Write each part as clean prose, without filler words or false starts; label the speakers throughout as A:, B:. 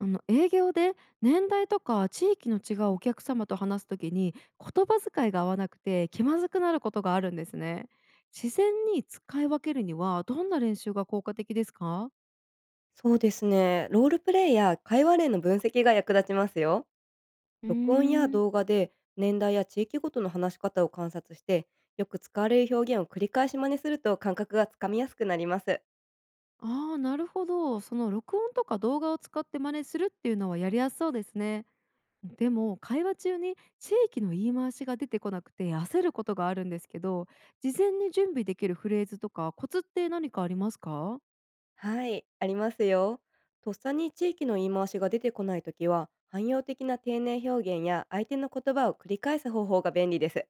A: 営業で年代とか地域の違うお客様と話すときに言葉遣いが合わなくて気まずくなることがあるんですね。自然に使い分けるにはどんな練習が効果的ですか？
B: そうですね。ロールプレイや会話例の分析が役立ちますよ。
A: うー
B: 録音や
A: ん。
B: 動画で年代や地域ごとの話し方を観察して、よく使われる表現を繰り返し真似すると感覚がつかみやすくなります。
A: ああー、なるほど。その録音とか動画を使って真似するっていうのはやりやすそうですね。でも会話中に地域の言い回しが出てこなくて焦ることがあるんですけど、事前に準備できるフレーズとかコツって何かありますか？
B: はい、ありますよ。とっさに地域の言い回しが出てこないときは、汎用的な丁寧表現や相手の言葉を繰り返す方法が便利です。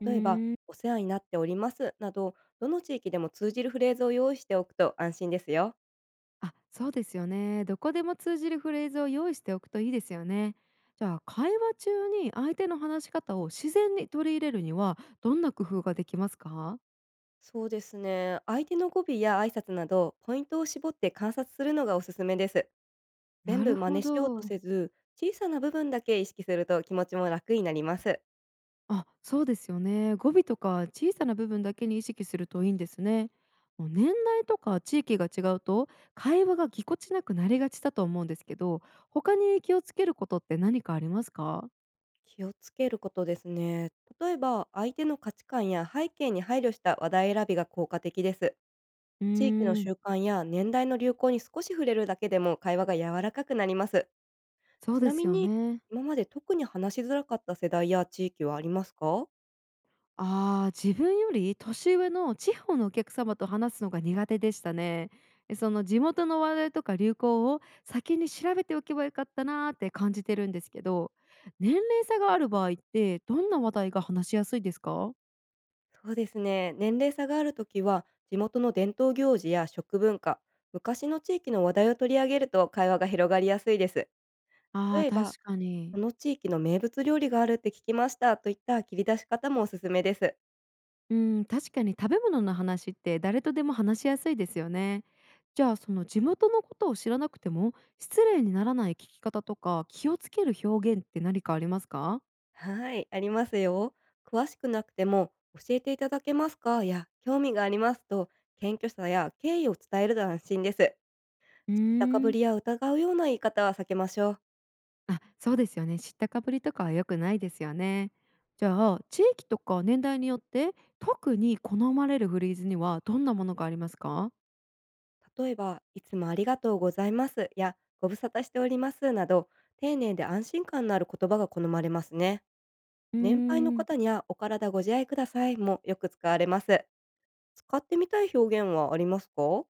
A: う
B: 例えば、
A: ーん。
B: お世話になっておりますなど、どの地域でも通じるフレーズを用意しておくと安心ですよ。
A: あ、そうですよね。どこでも通じるフレーズを用意しておくといいですよね。じゃあ会話中に相手の話し方を自然に取り入れるにはどんな工夫ができますか？
B: そうですね。相手の語尾や挨拶など、ポイントを絞って観察するのがおすすめです。全
A: な
B: 部
A: る
B: 真
A: ほ
B: 似しようと
A: ど。
B: せず、小さな部分だけ意識すると気持ちも楽になります。
A: あ、そうですよね。語尾とか小さな部分だけに意識するといいんですね。もう年代とか地域が違うと会話がぎこちなくなりがちだと思うんですけど、他に気をつけることって何かありますか？
B: 気をつけることですね。例えば、相手の価値観や背景に配慮した話題選びが効果的です。
A: うー
B: 地域の
A: ん、
B: 習慣や年代の流行に少し触れるだけでも会話が柔らかくなります。
A: そう
B: ち
A: で
B: なみ
A: すよ
B: に、
A: ね。
B: 今まで特に話しづらかった世代や地域はありますか？
A: ああ、自分より年上の地方のお客様と話すのが苦手でしたね。その地元の話題とか流行を先に調べておけばよかったなーって感じてるんですけど、年齢差がある場合ってどんな話題が話しやすいですか？
B: そうですね。年齢差があるときは、地元の伝統行事や食文化、昔の地域の話題を取り上げると会話が広がりやすいです。
A: ああ
B: 例
A: ー、
B: えば、
A: 確かに。
B: この地域の名物料理があるって聞きましたといった切り出し方もおすすめです。
A: うん、確かに食べ物の話って誰とでも話しやすいですよね。じゃあその地元のことを知らなくても失礼にならない聞き方とか気をつける表現って何かありますか？
B: はい、ありますよ。詳しくなくても、教えていただけますかや、興味がありますと、謙虚さや敬意を伝えると安心です。
A: うー
B: 高ぶ
A: ん。
B: りや疑うような言い方は避けましょう。
A: あ、そうですよね。知ったかぶりとかは良くないですよね。じゃあ、地域とか年代によって特に好まれるフレーズにはどんなものがありますか？
B: 例えば、いつもありがとうございますやご無沙汰しておりますなど、丁寧で安心感のある言葉が好まれますね。
A: うー
B: 年配の
A: ん、
B: 方にはお体ご自愛くださいもよく使われます。使ってみたい表現はありますか？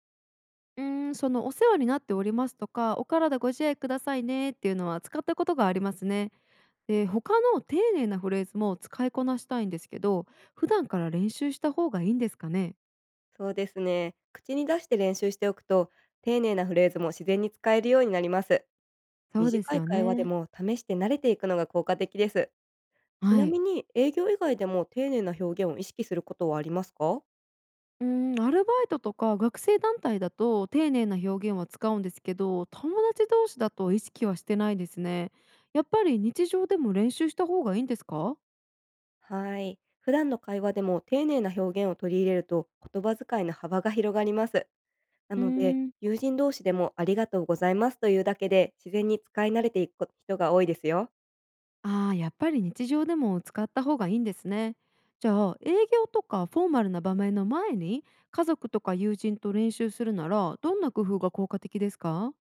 A: そのお世話になっておりますとか、お体ご自愛くださいねっていうのは使ったことがありますね。で、他の丁寧なフレーズも使いこなしたいんですけど、普段から練習した方がいいんですかね？
B: そうですね。口に出して練習しておくと、丁寧なフレーズも自然に使えるようになります。
A: そうで
B: 短
A: す
B: い
A: よ
B: 会話で
A: ね。
B: も試して慣れていくのが効果的です。ち
A: は
B: な
A: い。
B: みに、営業以外でも丁寧な表現を意識することはありますか？
A: うん、アルバイトとか学生団体だと丁寧な表現は使うんですけど、友達同士だと意識はしてないですね。やっぱり日常でも練習した方がいいんですか？
B: はい。普段の会話でも丁寧な表現を取り入れると言葉遣いの幅が広がります。な
A: うー
B: ので、
A: ん、
B: 友人同士でもありがとうございますというだけで自然に使い慣れていくこ人が多いですよ。
A: ああー、やっぱり日常でも使った方がいいんですね。じゃあ営業とかフォーマルな場面の前に家族とか友人と練習するならどんな工夫が効果的ですか？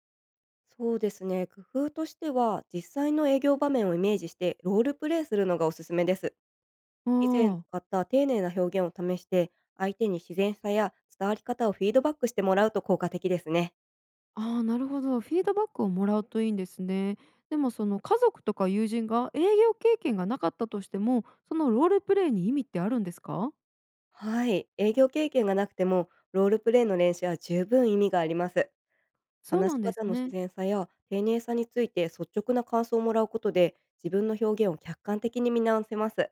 B: そうですね。工夫としては、実際の営業場面をイメージしてロールプレイするのがおすすめです。
A: ああ
B: 以前
A: ー。
B: 使った丁寧な表現を試して、相手に自然さや伝わり方をフィードバックしてもらうと効果的ですね。
A: ああ、なるほど。フィードバックをもらうといいんですね。でもその家族とか友人が営業経験がなかったとしても、そのロールプレイに意味ってあるんですか？
B: はい。営業経験がなくてもロールプレイの練習は十分意味があります。
A: そう
B: 話
A: な
B: し
A: んです
B: 方の自
A: ね。
B: 然さや丁寧さについて率直な感想をもらうことで、自分の表現を客観的に見直せます。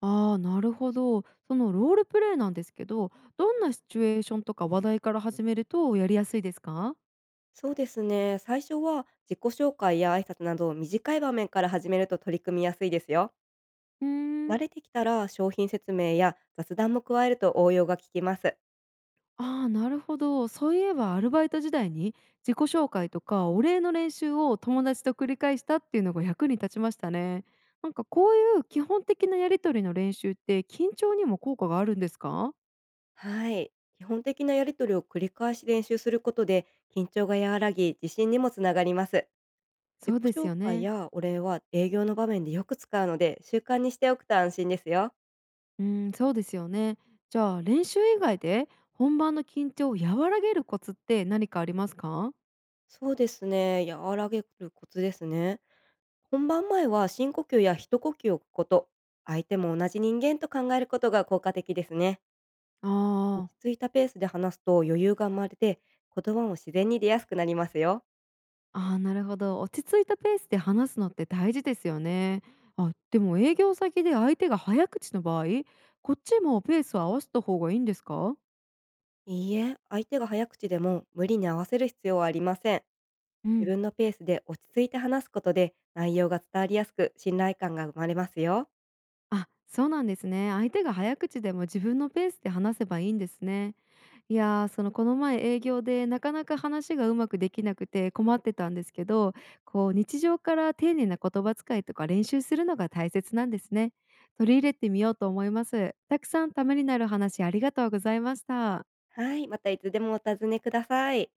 A: ああ、なるほど。そのロールプレイなんですけど、どんなシチュエーションとか話題から始めるとやりやすいですか？
B: そうですね。最初は自己紹介や挨拶など短い場面から始めると取り組みやすいですよ。
A: うー
B: 慣
A: ん。
B: れてきたら商品説明や雑談も加えると応用が効きます。
A: ああ、なるほど。そういえばアルバイト時代に自己紹介とかお礼の練習を友達と繰り返したっていうのが役に立ちましたね。なんかこういう基本的なやりとりの練習って緊張にも効果があるんですか？
B: はい。基本的なやり取りを繰り返し練習することで、緊張が和らぎ自信にもつながります。自
A: そ
B: 己
A: うです
B: 紹
A: よ
B: 介
A: ね。
B: やお礼は営業の場面でよく使うので、習慣にしておくと安心ですよ。
A: うん、そうですよね。じゃあ練習以外で本番の緊張を和らげるコツって何かありますか？
B: そうですね。和らげるコツですね。本番前は深呼吸や一呼吸を置くこと、相手も同じ人間と考えることが効果的ですね。
A: あ
B: 落
A: あ
B: ち
A: ー。
B: 着いたペースで話すと余裕が生まれて、言葉も自然に出やすくなりますよ。
A: ああ、なるほど。落ち着いたペースで話すのって大事ですよね。あ、でも営業先で相手が早口の場合、こっちもペースを合わせた方がいいんですか？
B: いいえ、相手が早口でも無理に合わせる必要はありません。
A: う
B: 自
A: ん。
B: 分のペースで落ち着いて話すことで、内容が伝わりやすく信頼感が生まれますよ。
A: あ、そうなんですね。相手が早口でも自分のペースで話せばいいんですね。いやーこの前営業でなかなか話がうまくできなくて困ってたんですけど、こう日常から丁寧な言葉遣いとか練習するのが大切なんですね。取り入れてみようと思います。たくさんためになる話ありがとうございました。
B: はい、またいつでもお尋ねください。